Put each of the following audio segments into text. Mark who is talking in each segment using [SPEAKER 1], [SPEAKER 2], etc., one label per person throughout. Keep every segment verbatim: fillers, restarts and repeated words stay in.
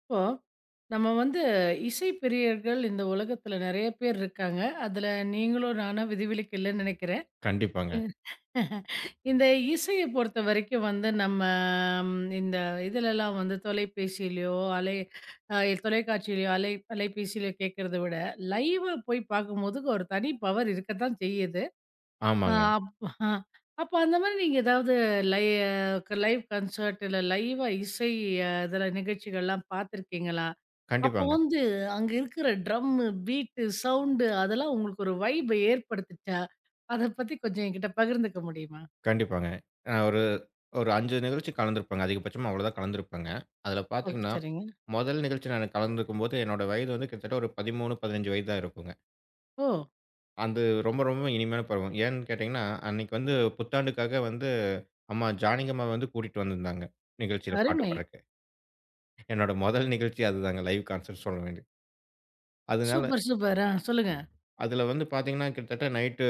[SPEAKER 1] இப்போ நம்ம வந்து இசை பிரியர்கள் இந்த உலகத்துல நிறைய பேர் இருக்காங்க. அதுல நீங்களும் நானும் விதிவிலக்கு இல்லன்னு நினைக்கிறேன்.
[SPEAKER 2] கண்டிப்பாங்க.
[SPEAKER 1] இந்த இசைய பொறுத்தவரைக்கும் வந்து நம்ம ம் இந்த இதுலலாம் வந்து தொலைபேசியிலயோ, அலை அ தொலைக்காட்சியிலயோ, அலை அலைபேசியிலயோ கேட்கிறத விட, லைவா போய் பார்க்கும்போது ஒரு தனி பவர் இருக்கத்தான் செய்யுது. அ
[SPEAKER 2] ஆமாங்க.
[SPEAKER 1] அப் அ அப்ப அந்த மாரி நீங்க ஏதாவது லை லைவ் கன்சர்ட் இல்ல லைவா இசை அ இதில நிகழ்ச்சிகள்லாம் பார்த்துருக்கீங்களா? அப்போ
[SPEAKER 2] கண்டிப்பாங்க,
[SPEAKER 1] வந்து அங்க இருக்கிற ட்ரம்மு, பீட்டு, சவுண்டு அதெல்லாம் உங்களுக்கு ஒரு வைப ஏற்படுத்துச்சா? அத பத்தி கொஞ்சம் என்கிட்ட பகிர்ந்துக்க முடியுமா?
[SPEAKER 2] கண்டிப்பாங்க. அ ஒரு ஒரு ஐந்து நிகழ்ச்சி கலந்திருப்பேங்க. அதிகபட்சமா அவ்வளோதான் கலந்திருப்பேங்க. அதில
[SPEAKER 1] ஓ!
[SPEAKER 2] பார்த்தீங்கன்னா,
[SPEAKER 1] சரிங்க.
[SPEAKER 2] முதல் நிகழ்ச்சி நான் கலந்துக்கும்போது என்னோட வயது வந்து கிட்டத்தட்ட ஒரு பதிமூன்று, பதினைந்து வயது தான் இருக்குங்க.
[SPEAKER 1] ஓ!
[SPEAKER 2] அது ரொம்ப ரொம்ப இனிமையான பருவம். ஏன்னு கேட்டீங்கன்னா, அன்னைக்கு வந்து புத்தாண்டுக்காக வந்து அம்மா ஜானகிஅம்மா வந்து கூட்டிட்டு வந்திருந்தாங்க. நிகழ்ச்சியில பாட்டு
[SPEAKER 1] அருமை.
[SPEAKER 2] பாடுறக்கு. என்னோட முதல் நிகழ்ச்சி அதுதாங்க. லைவ் கான்சர்ட் சொல்ல வேண்டியது. அதனால
[SPEAKER 1] சூப்பர், சூப்பர். ஆ, சொல்லுங்க.
[SPEAKER 2] அதில வந்து பார்த்தீங்கன்னா, கிட்டத்தட்ட நைட்டு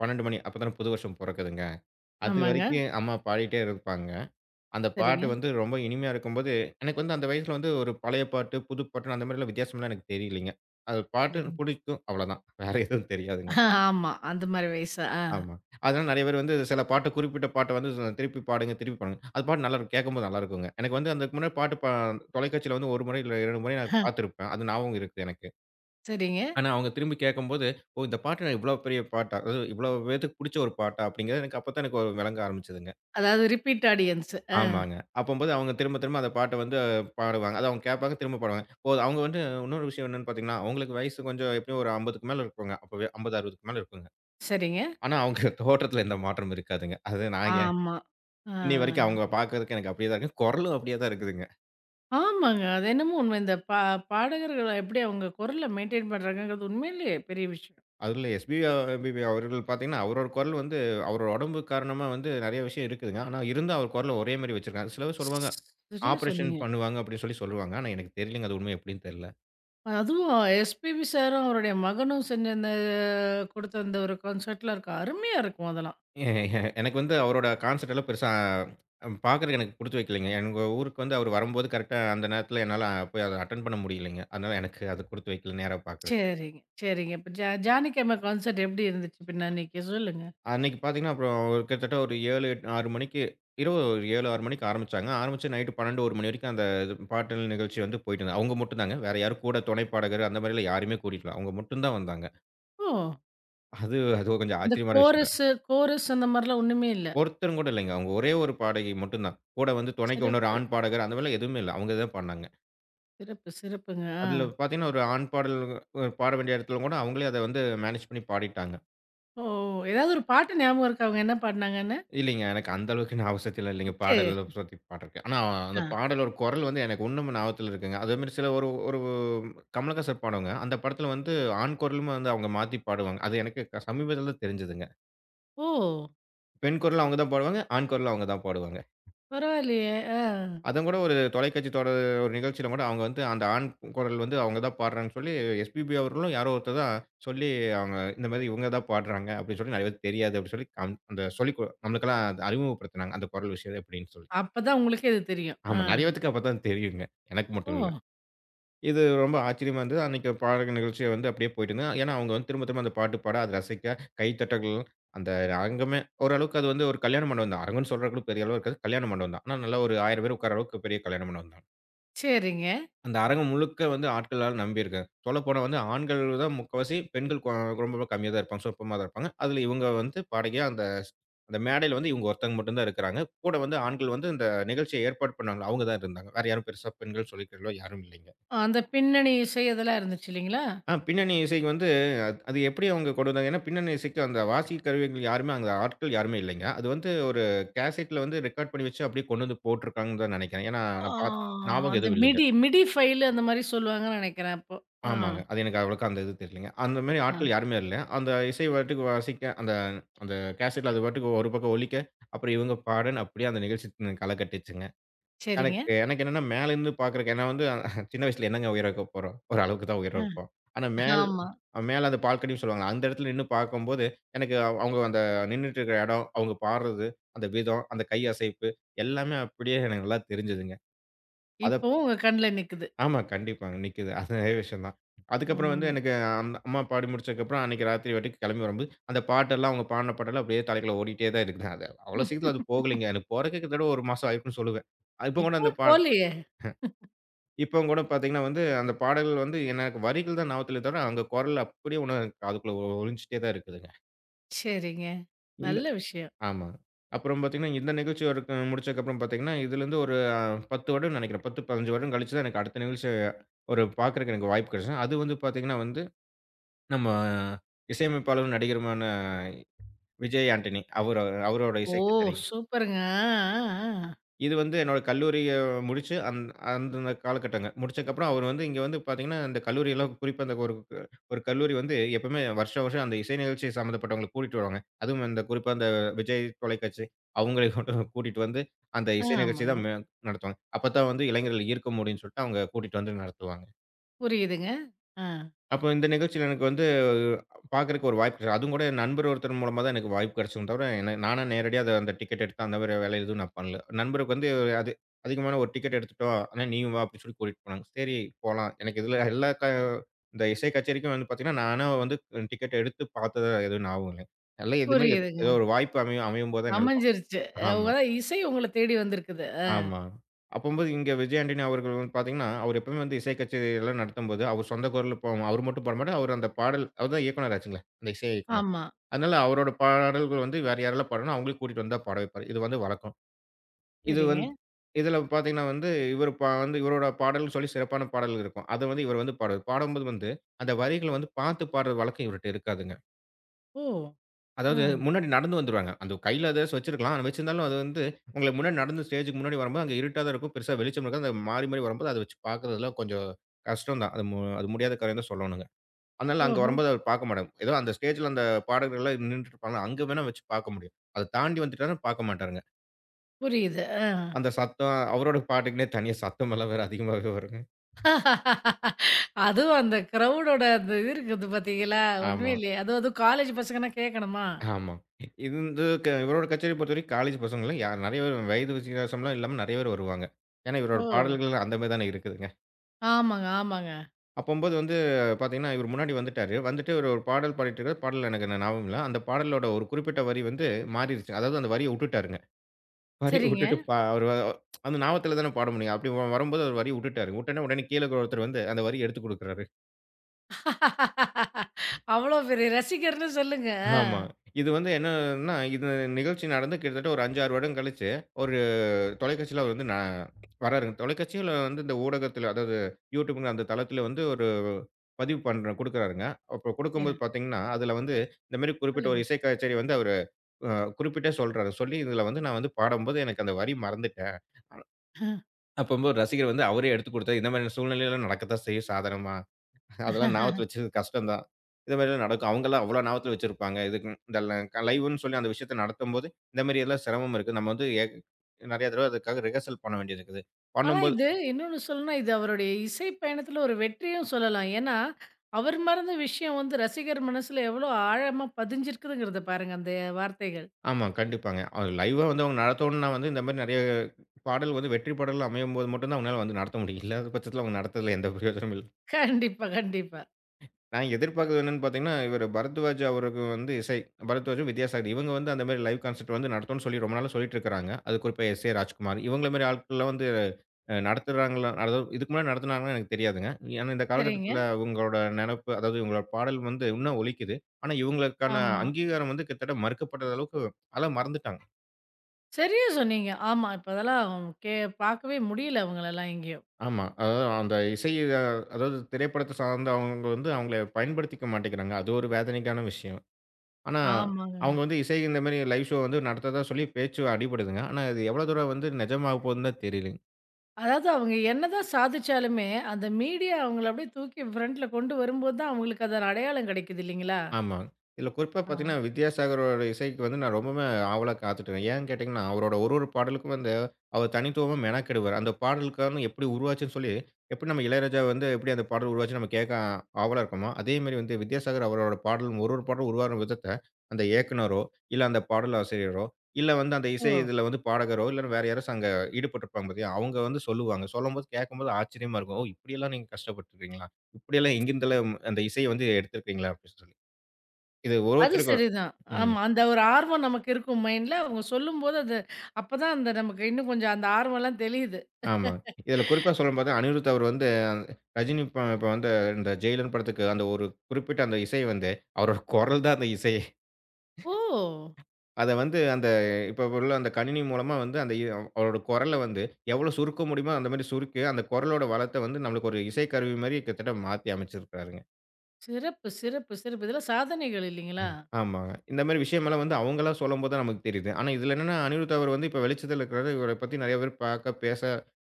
[SPEAKER 2] பன்னிரண்டு மணி. அப்ப தானே புது வருஷம் பொறக்குதுங்க.
[SPEAKER 1] ஆமாங்க.
[SPEAKER 2] அதுவரைக்கும் அம்மா பாடிட்டே இருப்பாங்க. அந்த
[SPEAKER 1] சரிங்க,
[SPEAKER 2] பாட்டு வந்து ரொம்ப இனிமையா இருக்கும்போது, எனக்கு வந்து அந்த வயசுல வந்து ஒரு பழைய பாட்டு, புது பாட்டுன்னு அந்த மாரிலாம் வித்தியாசம்லாம் எனக்கு தெரியலைங்க. அது பாட்டு
[SPEAKER 1] சரிங்க.
[SPEAKER 2] புடிக்கும் அவ்வளோதான். வேற எதுவும் தெரியாதுங்க.
[SPEAKER 1] ஆ, ஆமா. அந்த மாரி வயசு. ஆ.
[SPEAKER 2] ஆமா. அதனால நெறைய பேர் வந்து சில பாட்டு குறிப்பிட்ட பாட்ட வந்து சொ- திருப்பி பாடுங்க, திருப்பி பாடுங்க. அது பாட்டு நல்லாருக்கும். கேட்கும்போது நல்லாருக்குங்க. எனக்கு வந்து அதுக்கு முன்னாடி பாட்டு ப தொலைக்காட்சியில வந்து ஒரு முறை இல்ல இரண்டு முறை நான்
[SPEAKER 1] ஆ.
[SPEAKER 2] பார்த்துருப்பேன். அது ஞாபகம் இருக்கு எனக்கு.
[SPEAKER 1] சரிங்க.
[SPEAKER 2] ஆனா அவங்க திரும்பி கேட்கும்போது, ஓ! இந்த பாட்டு நான் இவ்வளோ பெரிய பாட்டா? அதாவது இவ்வளோ பேத்துக்கு புடிச்ச ஒரு பாட்டா? அப்படிங்கிறது எனக்கு அப்ப தான் எனக்கு ஒரு விளங்க ஆரம்பிச்சதுங்க.
[SPEAKER 1] அதாவது ரிப்பீட் ஆடியன்ஸ். ஆ.
[SPEAKER 2] ஆமாங்க. அப்பம்போது அவங்க திரும்ப, திரும்ப அந்த பாட்ட வந்து பாடுவாங்க. அது அவங்க கேட்பாங்க, திரும்ப பாடுவாங்க. இப்போ அவங்க வந்து இன்னொரு விஷயம் என்னன்னு பார்த்தீங்கன்னா, அவங்களுக்கு வயசு கொஞ்சம் எப்படியும் ஒரு 50க்கு மேல இருக்குங்க. அப்பவே ஐம்பது, 60க்கு மேல இருக்குங்க.
[SPEAKER 1] சரிங்க.
[SPEAKER 2] ஆனா அவங்க தோற்றத்துல எந்த மாற்றமும் இருக்காதுங்க. அது நான் ஏன்
[SPEAKER 1] ஆமா. ஆ.
[SPEAKER 2] இன்னி வரைக்கும் அவங்க பார்க்கறதுக்கு எனக்கு அப்படியே தான் இருக்கு. குரலும் அப்படியே தான் இருக்குதுங்க.
[SPEAKER 1] ஆமாங்க. அது என்னமோ உண்மை. இந்த பா பாடகர்கள் எப்படி அவங்க குரல மெயின்டெயின் பண்றாங்கங்கிறது உண்மையிலேயே பெரிய விஷயம்.
[SPEAKER 2] அதுல எஸ்பிபி எஸ்பிபி அவர்கள் பார்த்தீங்கன்னா, அவரோட குரல் வந்து அவரோட உடம்பு காரணமா வந்து நெறைய விஷயம் இருக்குதுங்க. ஆனா இருந்தும் அவர் குரல ஒரே மாரி வச்சிருக்காங்க. சில பேர் சொல்லுவாங்க,
[SPEAKER 1] சரியா
[SPEAKER 2] ஆப்ரேஷன்
[SPEAKER 1] சொன்னீங்க.
[SPEAKER 2] பண்ணுவாங்க அப்படின்னு சொல்லி சொல்லுவாங்க. ஆனா எனக்கு தெரியலங்க அது உண்மை எப்படின்னு தெரியல.
[SPEAKER 1] அதுவும் எஸ்பிபி சாரும், அவருடைய மகனும் செஞ்ச அந்த குடுத்த அந்த ஒரு கான்சர்ட்லாம் இருக்கும். அருமையா இருக்கும் அதெல்லாம்.
[SPEAKER 2] எ எ எனக்கு வந்து அவரோட கான்செர்ட் எல்லாம் பெருசா பார்க்கறக்கு எனக்கு புடிச்சு வைக்கலைங்க. எங்க ஊருக்கு வந்து அவரு வரும்போது கரெக்ட்டா அந்த நேரத்தில என்னால போய் அத அட்டெண்ட் பண்ண முடியலைங்க. அதனால எனக்கு அத குடுத்து வைக்கல நேரா பார்க்கறக்கு.
[SPEAKER 1] சரிங்க, சரிங்க. இப்ப ஜா ஜானகி அம்மா கான்சர்ட் எப்படி இருந்துச்சு பின்ன அன்னைக்கு? சொல்லுங்க.
[SPEAKER 2] அன்னைக்கு பார்த்தீங்கன்னா, அப்புறம் ஒரு கிட்டத்தட்ட ஒரு ஏழு, ஆறு மணிக்கு இரவு ஒரு ஏழு, ஆறு மணிக்கு ஆரம்பிச்சாங்க. ஆரம்பிச்சு நைட் பன்னிரண்டு, ஒரு மணி வரைக்கும் அந்த இது பாட்டல் நிகழ்ச்சி வந்து போயிட்டு இருந்தது. அவங்க மட்டும் தாங்க. வேற யாரும் கூட துணை பாடகர் அந்த மாரிலாம் யாரையுமே கூட்டிட்டு வரல. அவங்க மட்டும் தான் வந்தாங்க.
[SPEAKER 1] ஓ!
[SPEAKER 2] அது அது கொஞ்சம்
[SPEAKER 1] இந்த
[SPEAKER 2] ஆச்சரியமான விஷயம் தான்.
[SPEAKER 1] கோரஸு, கோரஸ் அந்த மாரிலாம் ஒண்ணுமே இல்ல.
[SPEAKER 2] ஒருத்தரும் கூட இல்லைங்க. அவங்க ஒரே ஒரு பாடகி மட்டும் தான். கூட வந்து துணைக்கு இன்னொரு
[SPEAKER 1] சிறப்பு,
[SPEAKER 2] ஆண் பாடகர் அந்த மாரிலாம் எதுவுமே இல்ல. அவங்க தான் பாடுனாங்க.
[SPEAKER 1] சிறப்பு, சிறப்புங்க. ஆ.
[SPEAKER 2] அதில பார்த்தீங்கன்னா, ஒரு ஆண் பாடல் அ பாட வேண்டிய இடத்துல கூட அவங்களே அத வந்து மேனேஜ் பண்ணி பாடிட்டாங்க.
[SPEAKER 1] ஓ! ஏதாவது ஒரு பாட்டு ஞாபகம் இருக்கா அவங்க என்ன பாடுனாங்கன்னு?
[SPEAKER 2] இல்லைங்க, எனக்கு அந்த அளவுக்கு ஞாபகசக்திலாம் இல்லைங்க.
[SPEAKER 1] சரி.
[SPEAKER 2] பாடல்கள பத்தி பாடுறதுக்கு. ஆனா அந்த
[SPEAKER 1] ஆ.
[SPEAKER 2] பாடலோட குரல் வந்து எனக்கு இன்னமும் ஞாபகத்துல இருக்குங்க. அதே மாரி சில ஒரு ஒரு கமலஹாசன் படங்க. அந்த படத்துல வந்து ஆண் குரலும் வந்து அவங்க மாத்தி பாடுவாங்க. அது எனக்கு சமீபத்துல தான் தெரிஞ்சதுங்க.
[SPEAKER 1] ஓ!
[SPEAKER 2] பெண் குரல் அவங்க தான் பாடுவாங்க. ஆண் குரல் அவங்க தான் பாடுவாங்க.
[SPEAKER 1] பரவாயில்லையே! ஆ.
[SPEAKER 2] அதங்கூட ஒரு தொலைக்காட்சி தொடர் ஒரு நிகழ்ச்சியில கூட அவங்க வந்து அந்த ஆண் குரல் வந்து அவங்க தான் பாடுறாங்கன்னு சொல்லி, எஸ்பிபி அவர்களும் யாரோ ஒருத்தர் தான் சொல்லி அவங்க இந்த மாரி இவங்க தான் பாடுறாங்க அப்படின்னு சொல்லி நெறைய பேருக்கு தெரியாது அப்படின்னு சொல்லி அந் அந்த சொல்லிக் கு நம்மளுக்கெல்லாம் அது அறிமுகப்படுத்துனாங்க. அந்த குரல் விஷயம் எப்படின்னு சொல்லி.
[SPEAKER 1] அப்பதான் உங்களுக்கே இது தெரியும். ஆ.
[SPEAKER 2] ஆமா. நெறைய பேத்துக்கு அப்ப தான் தெரியுங்க. எனக்கு
[SPEAKER 1] ஓ!
[SPEAKER 2] மட்டும் இல்ல. இது ரொம்ப ஆச்சரியமா இருந்தது. அன்னைக்கு பாடல் நிகழ்ச்சிய வந்து அப்படியே போயிட்டுருந்தது. ஏன்னா, அவங்க வந்து திரும்ப திரும்ப அந்த பாட்டு பாட, அத ரசிக்க, கைத்தட்டல், அந்த அரங்கமே ஓரளவுக்கு அது வந்து ஒரு கல்யாண மண்டபம் தான். அரங்கன்னு சொல்ற அளவுக்கு பெரிய அளவு இருக்காது. கல்யாண மண்டபம் தான். ஆனா, நல்லா ஒரு ஆயிரம் பேர் உட்கார அளவுக்கு பெரிய கல்யாண மண்டபம் தான்.
[SPEAKER 1] சரிங்க.
[SPEAKER 2] அந்த அரங்கம் முழுக்க வந்து ஆட்களால நம்பியிருக்கு. சொல்லப்போனா வந்து ஆண்கள் தான் முக்காவாசி, பெண்கள் கொ ரொம்ப கம்மியா தான் இருப்பாங்க. சொற்பமா தான் இருப்பாங்க. அதுல இவங்க வந்து பாடகியா அந்த ஸ்- அந்த மேடையில வந்து இவங்க ஒருத்தங்க மட்டும் தான் இருக்கிறாங்க. கூட வந்து ஆண்கள் வந்து இந்த நிகழ்ச்சிய ஏற்பாடு பண்ணாங்க. அவங்க தான் இருந்தாங்க. வேற யாரும் பெருசா பெண்கள் சொல்லிக்கிறளோ யாரும் இல்லைங்க.
[SPEAKER 1] அந்த பின்னணி இசை அதெல்லாம் இருந்துச்சு இல்லைங்களா?
[SPEAKER 2] ஆ பின்னணி இசைக்கு வந்து அது அது எப்படி அவங்க கொண்டு வந்தாங்க? ஏன்னா பின்னணி இசைக்கு அந்த வாசிக்க கருவிகள் யாருமே அந்த ஆட்கள் யாருமே இல்லைங்க. அது வந்து ஒரு கேசெட்ல வந்து ரெக்கார்ட் பண்ணி வச்சு அப்படியே கொண்டு வந்து போட்டுருக்காங்கன்னு தான் நினைக்கிறேன். ஏன்னா
[SPEAKER 1] ஆ,
[SPEAKER 2] நான் பாத் ஞாபகம்
[SPEAKER 1] அந்த
[SPEAKER 2] எதுவும் இல்லைங்க.
[SPEAKER 1] மிடி மிடி ஃபைலு அந்த மாரி சொல்லுவாங்கன்னு நெனைக்கிறேன் அப்போ. ஆ,
[SPEAKER 2] ஆமாங்க. அது எனக்கு அவ்வளோக்கா அந்த இது தெரியலங்க. அந்த மாரி
[SPEAKER 1] ஆ,
[SPEAKER 2] ஆட்கள் யாருமே இல்ல. அந்த இசை பாட்டுக்கு வாசிக்க அந்த அந்த கேசெட்ல அது பாட்டுக்கு ஒரு பக்கம் ஒலிக்க, அப்புறம் இவங்க பாடன்னு அப்படியே அந்த நிகழ்ச்சி ம் களை கட்டுச்சுங்க.
[SPEAKER 1] சரிங்க.
[SPEAKER 2] எனக்கு எனக்கு என்னன்னா மேலேருந்து பார்க்குறக்கு ஏன்னா வந்து அஹ், சின்ன வயசுல என்னங்க உயரம் இருக்க போறோம்? ஒரு அளவுக்கு தான்
[SPEAKER 1] அ
[SPEAKER 2] உயரம் இருப்போம். ஆனா மேல்
[SPEAKER 1] ஆமா.
[SPEAKER 2] மேல அந்த பால்கனின்னு சொல்லுவாங்க. அந்த இடத்துல நின்னு பார்க்கும்போது, எனக்கு அவ- அவங்க அந்த நின்னுட்டு இருக்கிற இடம், அவங்க பாடுறது, அந்த விதம், அந்த கை அசைப்பு எல்லாமே அப்படியே எனக்கு நல்லா தெரிஞ்சதுங்க. அத
[SPEAKER 1] இப்பவும் உங்க கண்ல நிக்குது.
[SPEAKER 2] ஆமா. கண்டிப்பாங்க. நிக்குது. அதே விஷயம் தான். அதுக்கப்புறம் வந்து
[SPEAKER 1] ம்.
[SPEAKER 2] எனக்கு அந் அம்மா பாடி முடிச்சதுக்கப்புறம் அன்னைக்கு ராத்திரி வரைக்கும் கிளம்பி வரும்போது, அந்த பாட்டெல்லாம் அவங்க பாடுன பாட்டெல்லாம் அப்படியே தலைக்குள்ள ஓடிட்டே தான் இருக்குது. அது அவ்வளோ சீக்கிரத்தில அது போகலைங்க. எனக்கு போறதுக்கு கிட்டத்தட்ட ஒரு மாசம் ஆயிருக்குன்னு சொல்லுவேன். இப்போ கூட அந்த
[SPEAKER 1] இப்பவும்
[SPEAKER 2] பா
[SPEAKER 1] போலயே!
[SPEAKER 2] இப்போ கூட பார்த்தீங்கன்னா வந்து, அந்த பாடல்கள் வந்து எனக்கு வரிகள் தான் ஞாபகத்திலே தவிர, அவங்க குரல் அப்படியே உண காதுக்குள்ள ஒ ஒலிஞ்சிட்டே தான் இருக்குதுங்க.
[SPEAKER 1] சரிங்க.
[SPEAKER 2] இந்த
[SPEAKER 1] நல்ல விஷயம்.
[SPEAKER 2] ஆமா. அப்புறம் பார்த்தீங்கன்னா, இந்த நிகழ்ச்சி வரைக்கு முடிச்சதுக்கப்புறம் பார்த்தீங்கன்னா, இதுலேருந்து ஒரு அ பத்து வருடம்னு நினைக்கிறேன். பத்து, பதினைந்து வருடம் கழிச்சு தான் எனக்கு அடுத்த நிகழ்ச்சி ஒரு பார்க்கறக்கு எனக்கு வாய்ப்பு கிடைச்சது. அது வந்து பார்த்தீங்கன்னா வந்து நம்ம இசையமைப்பாளரும், நடிகருமான விஜய் ஆண்டனி. அவரு அவரோட
[SPEAKER 1] ஓ!
[SPEAKER 2] இசைக்கு தெரியும்.
[SPEAKER 1] சூப்பருங்க. ஆ, ஆ, ஆ.
[SPEAKER 2] இது வந்து என்னோட கல்லூரிய முடிச்சு அந் அந்த காலகட்டங்க. முடிச்சதுக்கப்புறம் அவர் வந்து இங்க வந்து பார்த்தீங்கன்னா, அந்த கல்லூரியெல்லாம் குறிப்பா அந்த ஒரு ஒரு கல்லூரி வந்து எப்பவுமே வருஷம் வருஷம் அந்த இசை நிகழ்ச்சி சம்மந்தப்பட்டவங்கள கூட்டிட்டு வருவாங்க. அதுவும் இந்த குறிப்பா அந்த விஜய் தொலைக்காட்சி அவங்கள கூட்டிட்டு வந்து அந்த இசை நிகழ்ச்சி
[SPEAKER 1] ஆமாங்க.
[SPEAKER 2] தான் மே நடத்துவாங்க. அப்பத்தான் வந்து இளைஞர்கள் ஈர்க்க முடியும்னு சொல்லிட்டு அவங்க கூட்டிட்டு வந்து நடத்துவாங்க.
[SPEAKER 1] புரியுதுங்க. ஆ.
[SPEAKER 2] அப்போ இந்த நிகழ்ச்சியில எனக்கு வந்து பார்க்கறக்கு ஒரு வாய்ப்பு கிடைச்சது. அதுவும் கூட என் நண்பர் ஒருத்தர் மூலமா தான் எனக்கு வாய்ப்பு கிடைச்சதும் தவிர, என்ன நானா நேரடியா அத அந்த டிக்கெட் எடுத்து அந்த மாரி வேலை எதுவும் நான் பண்ணல. நண்பருக்கு வந்து அது அதிகமான ஒரு டிக்கெட் எடுத்துட்டோம். ஆனா நீயும் வா! அப்டின்னு சொல்லி கூட்டிட்டு போனாங்க. சரி போலாம். எனக்கு இதுல எல்லா க இந்த இசை கச்சேரிக்கும் வந்து பார்த்தீங்கன்னா, நானா வந்து டிக்கெட் எடுத்து பார்த்ததா எதுவும் ஞாபகம் இல்ல. எல்லாம் எதுவுமே எது- ஏதோ
[SPEAKER 1] புரியுதுங்க.
[SPEAKER 2] ஒரு வாய்ப்பு அமையும் அமையும்போது தான் என்னால பா
[SPEAKER 1] அமைஞ்சிருச்சு. அ
[SPEAKER 2] ஆமா.
[SPEAKER 1] அதான் இசை உங்கள தேடி வந்திருக்குது.
[SPEAKER 2] ஆமா. அப்பம்போது இங்க விஜய் ஆண்டனி அவர்கள் வந்து பார்த்தீங்கன்னா, அவர் எப்பவுமே வந்து இசை கச்சேரிலாம் நடத்தும்போது, அவர் சொந்த குரல்ல போ அவர் மட்டும் பாடமாட்டாரு. அவர் அந்த பாடல் அவர் தான் இயக்குனர் ஆச்சுங்களே! அந்த இசை இயக்குனர்.
[SPEAKER 1] ஆமா.
[SPEAKER 2] அதனால அவரோட பாடல்கள் வந்து வேற யாரெல்லாம் பாடணும், அவங்களையும் கூட்டிட்டு வந்து தான் பாட வைப்பாரு. இது வந்து வழக்கம். இது
[SPEAKER 1] சரிங்க.
[SPEAKER 2] வந்து இதில பார்த்தீங்கன்னா வந்து, இவர் பா வந்து இவரோட பாடல்னு சொல்லி சிறப்பான பாடல்கள் இருக்கும். அத வந்து இவர் வந்து பாடுவார். பாடும்போது வந்து, அந்த வரிகள வந்து பார்த்து பாடுற வழக்கம் இவர்ட்ட இருக்காதுங்க.
[SPEAKER 1] ஓ! ஆ.
[SPEAKER 2] அதாவது முன்னாடி நடந்து வந்துருவாங்க. அந்த கையில ஏதாச்சும் வச்சிருக்கலாம். ஆனா வச்சிருந்தாலும் அது வந்து உங்களுக்கு முன்னாடி நடந்து ஸ்டேஜ்க்கு முன்னாடி வரும்போது, அங்க இருட்டா தான் இருக்கும். பெருசா வெளிச்சம் இருக்காது. அது மாறி, மாறி வரும்போது அத வச்சு பார்க்கிறதுல கொஞ்சம் கஷ்டம் தான். அது மு அது முடியாத காரியம் தான் சொல்லணுங்க. அதனால அங்க
[SPEAKER 1] ஓஹோ!
[SPEAKER 2] வரும்போது அத பார்க்க மாட்டாங்க. ஏதோ அந்த ஸ்டேஜ்ல அந்த பாடகர்கள்லாம் நின்னுட்டு இருப்பாங்க. அங்க வேணா வச்சு பார்க்க முடியும். அத தாண்டி வந்துட்டாருன்னா பார்க்க மாட்டாருங்க.
[SPEAKER 1] புரியுது. ஆ.
[SPEAKER 2] அந்த சத்தம் அவரோட பாட்டுக்குன்னே தனியா சத்தமெல்லாம் வேற அதிகமாவே வருங்க.
[SPEAKER 1] அதுவும் அந்த கிரவுடோட அந்த இது இருக்குது பாத்தீங்களா?
[SPEAKER 2] ஆமா,
[SPEAKER 1] உண்மையிலேயே. அதுவும் அதுவும் காலேஜ் பசங்கன்னா கேட்கணுமா?
[SPEAKER 2] ஆமா. இது வந்து க இவரோட கச்சேரிய பொறுத்தவரைக்கும் காலேஜ் பசங்கலாம் யார் நெறைய பேர் வயது வித்தியாசம்லாம் இல்லாம நெறைய பேர் வருவாங்க. ஏன்னா
[SPEAKER 1] ஓ!
[SPEAKER 2] இவரோட பாடல்கள் அந்த மாரி தானே இருக்குதுங்க.
[SPEAKER 1] ஆமாங்க, ஆமாங்க.
[SPEAKER 2] அப்பம்போது வந்து பார்த்தீங்கன்னா, இவரு முன்னாடி வந்துட்டாரு. வந்துட்டு இவரு ஒரு பாடல் பாடிட்டு இருக்காரு. பாடல் எனக்கு ந ஞாபகம் இல்ல. அந்த பாடலோட ஒரு குறிப்பிட்ட வரி வந்து மாறிருச்சு. அதாவது அந்த வரிய உட்டுட்டாருங்க. வரிய
[SPEAKER 1] சரிங்க.
[SPEAKER 2] உட்டுட்டு பா அவரு அந்த நாவத்துல தானே பாட முடியும். அப்படி வ- வரும்போது ஒரு வரிய உட்டுட்டாரு. உட்டோனே உடனே கீழ இருக்கிற ஒருத்தர் வந்து அந்த வரிய எடுத்துக் குடுக்குறாரு.
[SPEAKER 1] அவ்வளோ பெரிய ரசிகர்ன்னு சொல்லுங்க. ஆ.
[SPEAKER 2] ஆமா. இது வந்து என்னன்னா, இது நிகழ்ச்சி நடந்து கிட்டத்தட்ட ஒரு ஐந்து, ஆறு வருடம் கழிச்சு, ஒரு தொலைக்காட்சியில அவர் வந்து ந வராருங்க. தொலைக்காட்சியில வந்து இந்த ஊடகத்தில அதாவது யூடியூப்ங்கிற அந்த தளத்தில வந்து ஒரு பதிவு பண்ற குடுக்குறாருங்க. அப்போ குடுக்கும்போது
[SPEAKER 1] ஏன்
[SPEAKER 2] பார்த்தீங்கன்னா, அதில வந்து இந்த மாரி குறிப்பிட்ட ஒரு
[SPEAKER 1] சொல்லுங்க.
[SPEAKER 2] இசை கச்சேரி வந்து அவரு அ குறிப்பிட்டே சொல்றாரு. சொல்லி இதில வந்து நான் வந்து பாடும்போது எனக்கு அந்த வரி மறந்துட்டேன். அப்பம்போது ரசிகர் வந்து அவரே எடுத்து குடுத்தாரு. இந்த மாரியான சூழ்நிலைலாம் நடக்கத்தான் செய்யும் சாதாரணமா. அதெல்லாம் ஞாபகத்துல வச்சுக்கிறது கஷ்டம் தான். இது மாரிலாம் நடக்கும். அவங்கலாம் அவ்ளோ ஞாபகத்துல வச்சிருப்பாங்க. இதுக்கு இந்த ல லைவ்ன்னு சொல்லி அந்த விஷயத்த நடத்தும்போது, இந்த மாரி எல்லாம் சிரமம் இருக்கு. நம்ம வந்து எ நெறைய தடவ அதுக்காக ரிஹர்சல் பண்ண வேண்டியது இருக்குது.
[SPEAKER 1] ஆனா
[SPEAKER 2] பண்ணும்போது
[SPEAKER 1] இது இன்னொன்னு சொல்லணும்னா, இது அவருடைய இசை பயணத்துல ஒரு வெற்றியும் சொல்லலாம். ஏன்னா, அவர் மறந்த விஷயம் வந்து ரசிகர் மனசுல எவ்வளோ ஆழமா பதிஞ்சிருக்குதுங்கிறத பாருங்க அந்த வார்த்தைகள்.
[SPEAKER 2] ஆமா, கண்டிப்பாங்க. அது லைவா வந்து அவங்க நடத்தணும்னா வந்து இந்த மாரி நெறைய பாடல் வந்து வெற்றி பாடல் அமையும்போது மட்டும் தான் அவங்களால வந்து நடத்த முடியும். இல்லாத பட்சத்துல அவங்க நடத்துறதுல எந்த பிரயோஜனமும் இல்ல.
[SPEAKER 1] கண்டிப்பா, கண்டிப்பா.
[SPEAKER 2] நான் எதிர்பார்க்கிறது என்னன்னு பார்த்தீங்கன்னா, இவரு பரத்வாஜ் அவருக்கு வந்து இசை பரத்வாஜும், வித்யாசாகர் இவங்க வந்து அந்த மாரி லைவ் கான்செர்ட் வந்து நடத்தணும்னு சொல்லி ரொம்ப நாளா சொல்லிட்டு இருக்கிறாங்க. அது குறிப்பா எஸ். ஏ. ராஜ்குமார் இவங்கள மாரி ஆட்கள்லாம் வந்து அ நடத்துறாங்களா? அதாவது இதுக்கு முன்னாடி நடத்துனாங்களான்னு எனக்கு தெரியாதுங்க. ஏன்னா இந்த
[SPEAKER 1] சரிங்க.
[SPEAKER 2] காலகட்டத்தில இவங்களோட நெனப்பு அதாவது இவங்களோட பாடல் வந்து இன்னும் ஒலிக்குது. ஆனா இவங்களுக்கான
[SPEAKER 1] ஆமா.
[SPEAKER 2] அங்கீகாரம் வந்து கிட்டத்தட்ட மறுக்கப்பட்ட அளவுக்கு அதெல்லாம் மறந்துட்டாங்க.
[SPEAKER 1] சரியா சொன்னீங்க. ஆமா. இப்ப அதெல்லாம் கே பார்க்கவே முடியல அவங்களலாம் எங்கேயும்.
[SPEAKER 2] ஆமா. அதாவது அந்த இசை அ அதாவது திரைப்படத்த சார்ந்த அவங்க வந்து அவங்கள பயன்படுத்திக்க மாட்டேங்கிறாங்க. அது ஒரு வேதனைக்கான விஷயம். ஆனா
[SPEAKER 1] ஆமாங்க.
[SPEAKER 2] அவங்க வந்து இசை இந்த மாரி லைவ் ஷோ வந்து நடத்துறதா சொல்லி பேச்சு அடிபடுதுங்க. ஆனா அது எவ்வளோ தூரம் வந்து நிஜமாக போதுன்னு தான் தெரியலங்க.
[SPEAKER 1] அதாவது அவங்க என்னதான் சாதிச்சாலுமே, அந்த மீடியா அவங்கள அப்படியே தூக்கி ஃப்ரண்ட்ல கொண்டு வரும்போது தான் அவங்களுக்கு அதோட அடையாளம் கிடைக்குது இல்லைங்களா?
[SPEAKER 2] ஆமா. இதுல குறிப்பா
[SPEAKER 1] ஆ.
[SPEAKER 2] பார்த்தீங்கன்னா, வித்யாசாகரோட இசைக்கு வந்து நான் ரொம்பவுமே ஆவலா காத்துட்டு இருந்தேன். ஏன்னு கேட்டீங்கன்னா, அவரோட ஒரு ஒரு பாடலுக்கும் வந்து அவர் தனித்துவமா மெனக்கெடுவாரு. அந்த பாடலுக்கான எப்படி உருவாச்சுன்னு சொல்லி, எப்படி நம்ம இளையராஜா வந்து எப்படி அந்த பாடல் உருவாச்சுன்னு நம்ம கேட்க ஆவலா இருக்கோமோ, அதே மாரி வந்து வித்யாசாகர் அவரோட பாடலும் ஒரு ஒரு பாடலும் உருவாகிற விதத்த, அந்த இயக்குனரோ, இல்ல அந்த பாடலாசிரியரோ, இல்ல வந்து அந்த
[SPEAKER 1] ஓ!
[SPEAKER 2] இசை இதுல வந்து பாடகரோ, இல்ல வேற யாராச்சும் அங்க ஈடுபட்டிருப்பாங்க பாத்தீங்களா, அவங்க வந்து சொல்லுவாங்க. சொல்லும்போது கேட்கும்போது ஆச்சரியமா இருக்கும். "ஓ! இப்படியெல்லாம் நீங்க கஷ்டப்பட்டுருக்கீங்களா? இப்படியெல்லாம் இங்கிருந்தெல்லாம் அந்த இசைய வந்து எடுத்திருக்கீங்களா?" அப்படின்னு சொல்லி. இது ஒரு
[SPEAKER 1] அது
[SPEAKER 2] ஒருத்தருக்கு ஒரு-
[SPEAKER 1] சரிதான்.
[SPEAKER 2] ம்.
[SPEAKER 1] ஆமா. அந்த ஒரு ஆர்வம் நமக்கு இருக்கும் மைண்ட்ல. அவங்க சொல்லும்போது அது அப்பதான் அந்த நமக்கு இன்னும் கொஞ்சம் அந்த ஆர்வம்லாம் தெளியுது.
[SPEAKER 2] ஆமா. இதில குறிப்பா சொல்லணும் பார்த்தா, அனிருத் அவர் வந்து ரஜினி இப்ப இப்ப வந்து இந்த ஜெயிலர் படத்துக்கு அந்த ஒரு குறிப்பிட்ட அந்த இசை வந்து, அவரோட குரல் தான் அந்த இசை.
[SPEAKER 1] ஓ!
[SPEAKER 2] அத வந்து அந்த இப்ப உள்ள அந்த கணினி மூலமா வந்து அந்த இ அவரோட குரல வந்து எவ்வளோ சுருக்க முடியுமோ அந்த மாரி சுருக்கி, அந்த குரலோட வளத்த வந்து நம்மளுக்கு ஒரு இசை கருவி மாரி கிட்டத்தட்ட மாத்தி அமைச்சிருக்காரு.
[SPEAKER 1] சிறப்பு, சிறப்பு, சிறப்பு. இதெல்லாம் சாதனைகள் இல்லைங்களா?
[SPEAKER 2] ம். ஆமாங்க. இந்த மாரி விஷயமெல்லாம் வந்து அவங்களா சொல்லும்போது தான் நமக்கு தெரியுது. ஆனா இதுல என்னன்னா, அனிருத் அவர் வந்து இப்ப வெளிச்சத்துல இருக்கிறாரு. இவர பத்தி நெறைய பேர் பாக்க, பேச,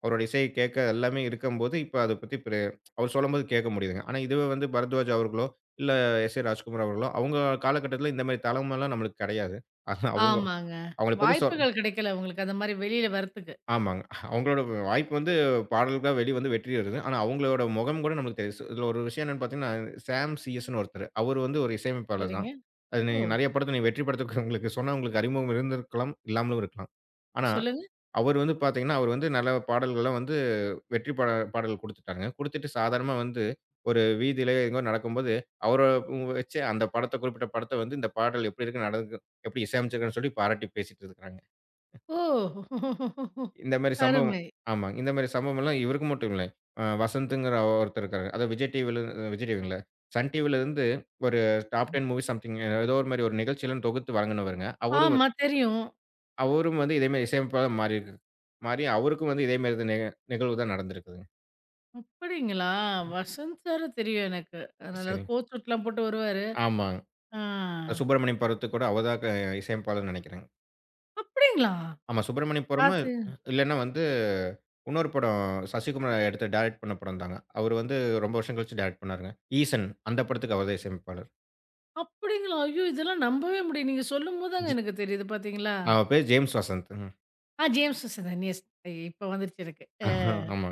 [SPEAKER 2] அவரோட இசை கேட்க எல்லாமே இருக்கும்போது, இப்ப அத பத்தி பெ அவர் சொல்லும்போது கேட்க முடியுதுங்க. ஆனா இதுவே வந்து பரத்வாஜ் அவர்களோ, இல்ல எஸ். ஏ. ராஜ்குமார் அவர்களோ, அவங்க காலகட்டத்துல இந்த மாரி தளமெல்லாம் நம்மளுக்கு கெடையாது. ஆனா அவங்க
[SPEAKER 1] ஆமாங்க.
[SPEAKER 2] அவங்கள பத்தி சொ
[SPEAKER 1] வாய்ப்புகள் கிடைக்கல உங்களுக்கு அந்த மாரி வெளியில வரத்துக்கு.
[SPEAKER 2] ஆமாங்க. அவங்களோட வாய்ப்பு வந்து பாடலுக்கா வெளிய வந்து வெற்றி பெறுது. ஆனா அவங்களோட முகம் கூட நமக்கு தெரியுது. இதுல ஒரு விஷயம் என்னன்னு பார்த்தீங்கன்னா, சாம் சிஎஸ்ன்னு ஒருத்தரு. அவரு வந்து ஒரு இசையமைப்பாளர்
[SPEAKER 1] சரிங்க.
[SPEAKER 2] தான். அது
[SPEAKER 1] ஓ!
[SPEAKER 2] நீங்க நெறைய படத்துல நீங்க வெற்றி படத்துக்கு உங்களுக்கு சொன்னா உங்களுக்கு அறிமுகம் இருந்திருக்கலாம், இல்லாமலும் இருக்கலாம். ஆனா
[SPEAKER 1] சொல்லுங்க.
[SPEAKER 2] அவரு வந்து பார்த்தீங்கன்னா, அவரு வந்து நல்ல பாடல்கள்லாம் வந்து வெற்றி பாட பாடல் குடுத்துட்டாங்க. குடுத்துட்டு சாதாரணமா வந்து ஒரு வீதியில எங்கோ நடக்கும்போது, அவர வச்சு அந்த படத்த குறிப்பிட்ட படத்த வந்து இந்த பாடல் எப்படி இருக்கு, நடந்துருக்கு எப்படி இசையமைச்சிருக்கான்னு சொல்லி பாராட்டி பேசிட்டு இருக்கிறாங்க.
[SPEAKER 1] ஓ!
[SPEAKER 2] இந்த மாரி சம்பவம்
[SPEAKER 1] அருமை.
[SPEAKER 2] ஆமாங்க. இந்த மாரி சம்பவம்லாம் இவருக்கு மட்டும் இல்ல. அ வசந்த்ங்கிற ஒருத்தர் இருக்காரு. அதாவது விஜய் டிவில விஜய் டிவிங்கள சன் டிவிலருந்து ஒரு டாப் பத்து மூவி சம்திங் ஏதோ ஒரு மாரி ஒரு நிகழ்ச்சிலாம் தொகுத்து வழங்குனவருங்க. அவரும்
[SPEAKER 1] ஆமா
[SPEAKER 2] வந்து
[SPEAKER 1] தெரியும்.
[SPEAKER 2] அவரும் வந்து இதே மாரி இசையமைப்பாளரா மாறியிருக்கு மாறி அவருக்கும் வந்து இதே மாரி நிக நிகழ்வு தான் நடந்திருக்குதுங்க.
[SPEAKER 1] அப்படிங்களா? வசந்த் சார தெரியும் எனக்கு.
[SPEAKER 2] ம்.
[SPEAKER 1] அதனால
[SPEAKER 2] சரிங்க.
[SPEAKER 1] கோட்சூட்லாம் போட்டு வருவாரு.
[SPEAKER 2] ஆமாங்க.
[SPEAKER 1] ஆ.
[SPEAKER 2] சுப்பிரமணியம் பருவத்துக்கு கூட அவர் தான் க இசையமைப்பாளர்ன்னு நெனைக்கிறேங்க.
[SPEAKER 1] அப்படிங்களா?
[SPEAKER 2] ஆமா. சுப்பிரமணியபுரமு
[SPEAKER 1] பாத்து
[SPEAKER 2] இல்லன்னா வந்து இன்னொரு படம் சசிகுமார் எடுத்து டைரக்ட் பண்ண படம் தாங்க. அவரு வந்து ரொம்ப வருஷம் கழிச்சு டைரக்ட் பண்ணாருங்க. ஈசன் அந்த படத்துக்கு அவர்தான் இசையமைப்பாளர்.
[SPEAKER 1] அப்படிங்களா? ஐயோ! இதெல்லாம் நம்பவே முடியல. நீங்க சொல்லும்போது தாங்க
[SPEAKER 2] ஜி
[SPEAKER 1] எனக்கு தெரியுது பாத்தீங்களா?
[SPEAKER 2] அவர் பேர் ஜேம்ஸ் வசந்த். ம்.
[SPEAKER 1] ஆ, ஜேம்ஸ் வாசன். எஸ். இப்ப வந்துருச்சு எனக்கு. அ
[SPEAKER 2] ஆமா.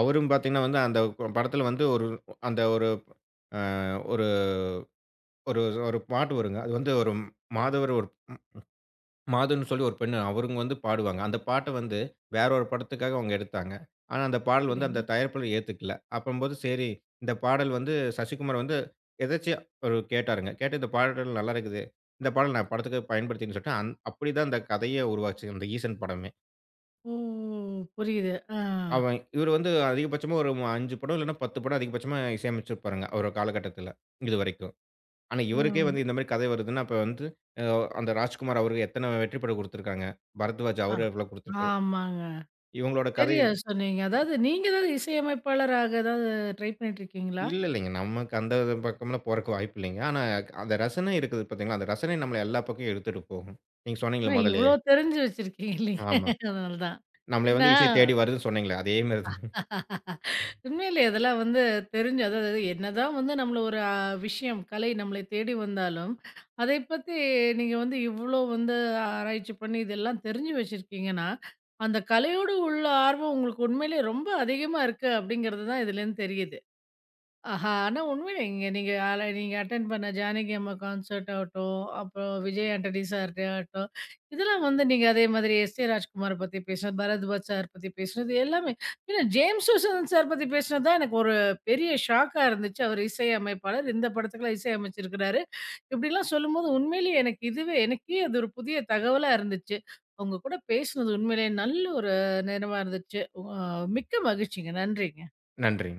[SPEAKER 2] அவரும் பார்த்தீங்கன்னா வந்து அந்த படத்துல வந்து ஒரு அந்த ஒரு அ ஒரு ஒரு ஒரு பாட்டு வருங்க. அது வந்து ஒரு மாதவர் ஒரு மாதுன்னு சொல்லி ஒரு பெண்ணு. அவருங்க வந்து பாடுவாங்க. அந்த பாட்ட வந்து வேற ஒரு படத்துக்காக அவங்க எடுத்தாங்க. ஆனா அந்த பாடல் வந்து அந்த
[SPEAKER 1] சரிங்க.
[SPEAKER 2] தயாரிப்பாளர் ஏத்துக்கல. அப்பம்போது சரி, இந்த பாடல் வந்து சசிகுமார் வந்து எதேர்ச்சையா ஒரு கேட்டாருங்க. கேட்டு இந்த பாடல் நல்லா இருக்குது. இந்த பாடல் நான் படத்துக்கு பயன்படுத்தினேன்னு சொல்லிட்டு, அந் அப்படிதான் அந்த கதையே உருவாச்சு. அந்த ஈசன் படமே.
[SPEAKER 1] ஓ! புரியுது. ஆ.
[SPEAKER 2] அவன் இவரு வந்து அதிகபட்சமா ஒரு ஐந்து படம் இல்லன்னா பத்து படம் அதிகபட்சமா இசையமைச்சிருப்பாருங்க. ஒரு காலகட்டத்தில. இதுவரைக்கும். ஆனா இவருக்கே
[SPEAKER 1] ம்.
[SPEAKER 2] வந்து இந்த மாரி கதை வருதுன்னா, அப்ப வந்து அ அந்த ராஜ்குமார் அவருக்கு எத்தன வெற்றி படம் குடுத்துருக்காங்க. பரத்வாஜ்
[SPEAKER 1] ஆ.
[SPEAKER 2] அவரு எவ்வளோ குடுத்துருக்காரு.
[SPEAKER 1] ஆமாங்க.
[SPEAKER 2] இவங்களோட
[SPEAKER 1] சரியா
[SPEAKER 2] கதையில
[SPEAKER 1] சொன்னீங்க. அதாவது நீங்க ஏதாவது இசையமைப்பாளராக ஏதாவது ட்ரை பண்ணிட்டு இருக்கீங்களா?
[SPEAKER 2] இல்ல இல்லைங்க. நமக்கு அந்த பக்கம்லாம் போறக்கு வாய்ப்பு இல்லைங்க. ஆனா அந்த ரசனை இருக்குது பார்த்தீங்களா, அந்த ரசனை நம்மள எல்லா பக்கம் எடுத்துட்டு போகும். நீங்க
[SPEAKER 1] ஏங்க
[SPEAKER 2] சொன்னீங்களே முதல்லயே.
[SPEAKER 1] இவ்ளோ தெரிஞ்சு வச்சிருக்கீங்க இல்லைங்க.
[SPEAKER 2] ஆமா.
[SPEAKER 1] அதனால தான்.
[SPEAKER 2] நம்மள
[SPEAKER 1] ஏன்னா
[SPEAKER 2] வந்து இசை தேடி வருதுன்னு சொன்னீங்களே, அதே மாரி தான்.
[SPEAKER 1] உண்மையிலே அதெல்லாம் வந்து தெரிஞ்சு அதாவது என்னதான் வந்து நம்மள ஒரு அ விஷயம், கலை நம்மளை தேடி வந்தாலும், அதை பத்தி நீங்க வந்து இவ்ளோ வந்து ஆராய்ச்சி பண்ணி இதெல்லாம் தெரிஞ்சு வச்சிருக்கீங்கன்னா, அந்த கலையோடு உள்ள ஆர்வம் உங்களுக்கு உண்மையிலே ரொம்ப அதிகமா இருக்கு அப்படிங்கிறது தான் இதுலேருந்து தெரியுது. ஆஹா! ஆனா உண்மையிலேங்க. நீங்க ஆல நீங்க அட்டெண்ட் பண்ண ஜானகி அம்மா கான்சர்ட் ஆகட்டும், அப்புறம் விஜய் ஆண்டனி சார்ட்ட ஆகட்டும், இதெல்லாம் வந்து நீங்க அதே மாதிரி எஸ்ஏ ராஜ்குமார பத்தி பேசுனது, பரத்வாஜ் சார் பத்தி பேசுனது எல்லாமே. ஏன்னா ஜேம்ஸ் சூசன் சார் பத்தி பேசுனது தான் எனக்கு ஒரு பெரிய ஷாக்கா இருந்துச்சு. அவர் இசை அமைப்பாளர். இந்த படத்துக்கெல்லாம் இசை அமைச்சிருக்கிறாரு. இப்படிலாம் சொல்லும்போது உண்மையிலேயே எனக்கு இதுவே எனக்கே அது ஒரு புதிய தகவலா இருந்துச்சு. உங்க கூட பேசுனது உண்மையிலேயே நல்ல ஒரு நேரமா இருந்துச்சு. உ மிக்க மகிழ்ச்சிங்க. நன்றிங்க.
[SPEAKER 2] நன்றி.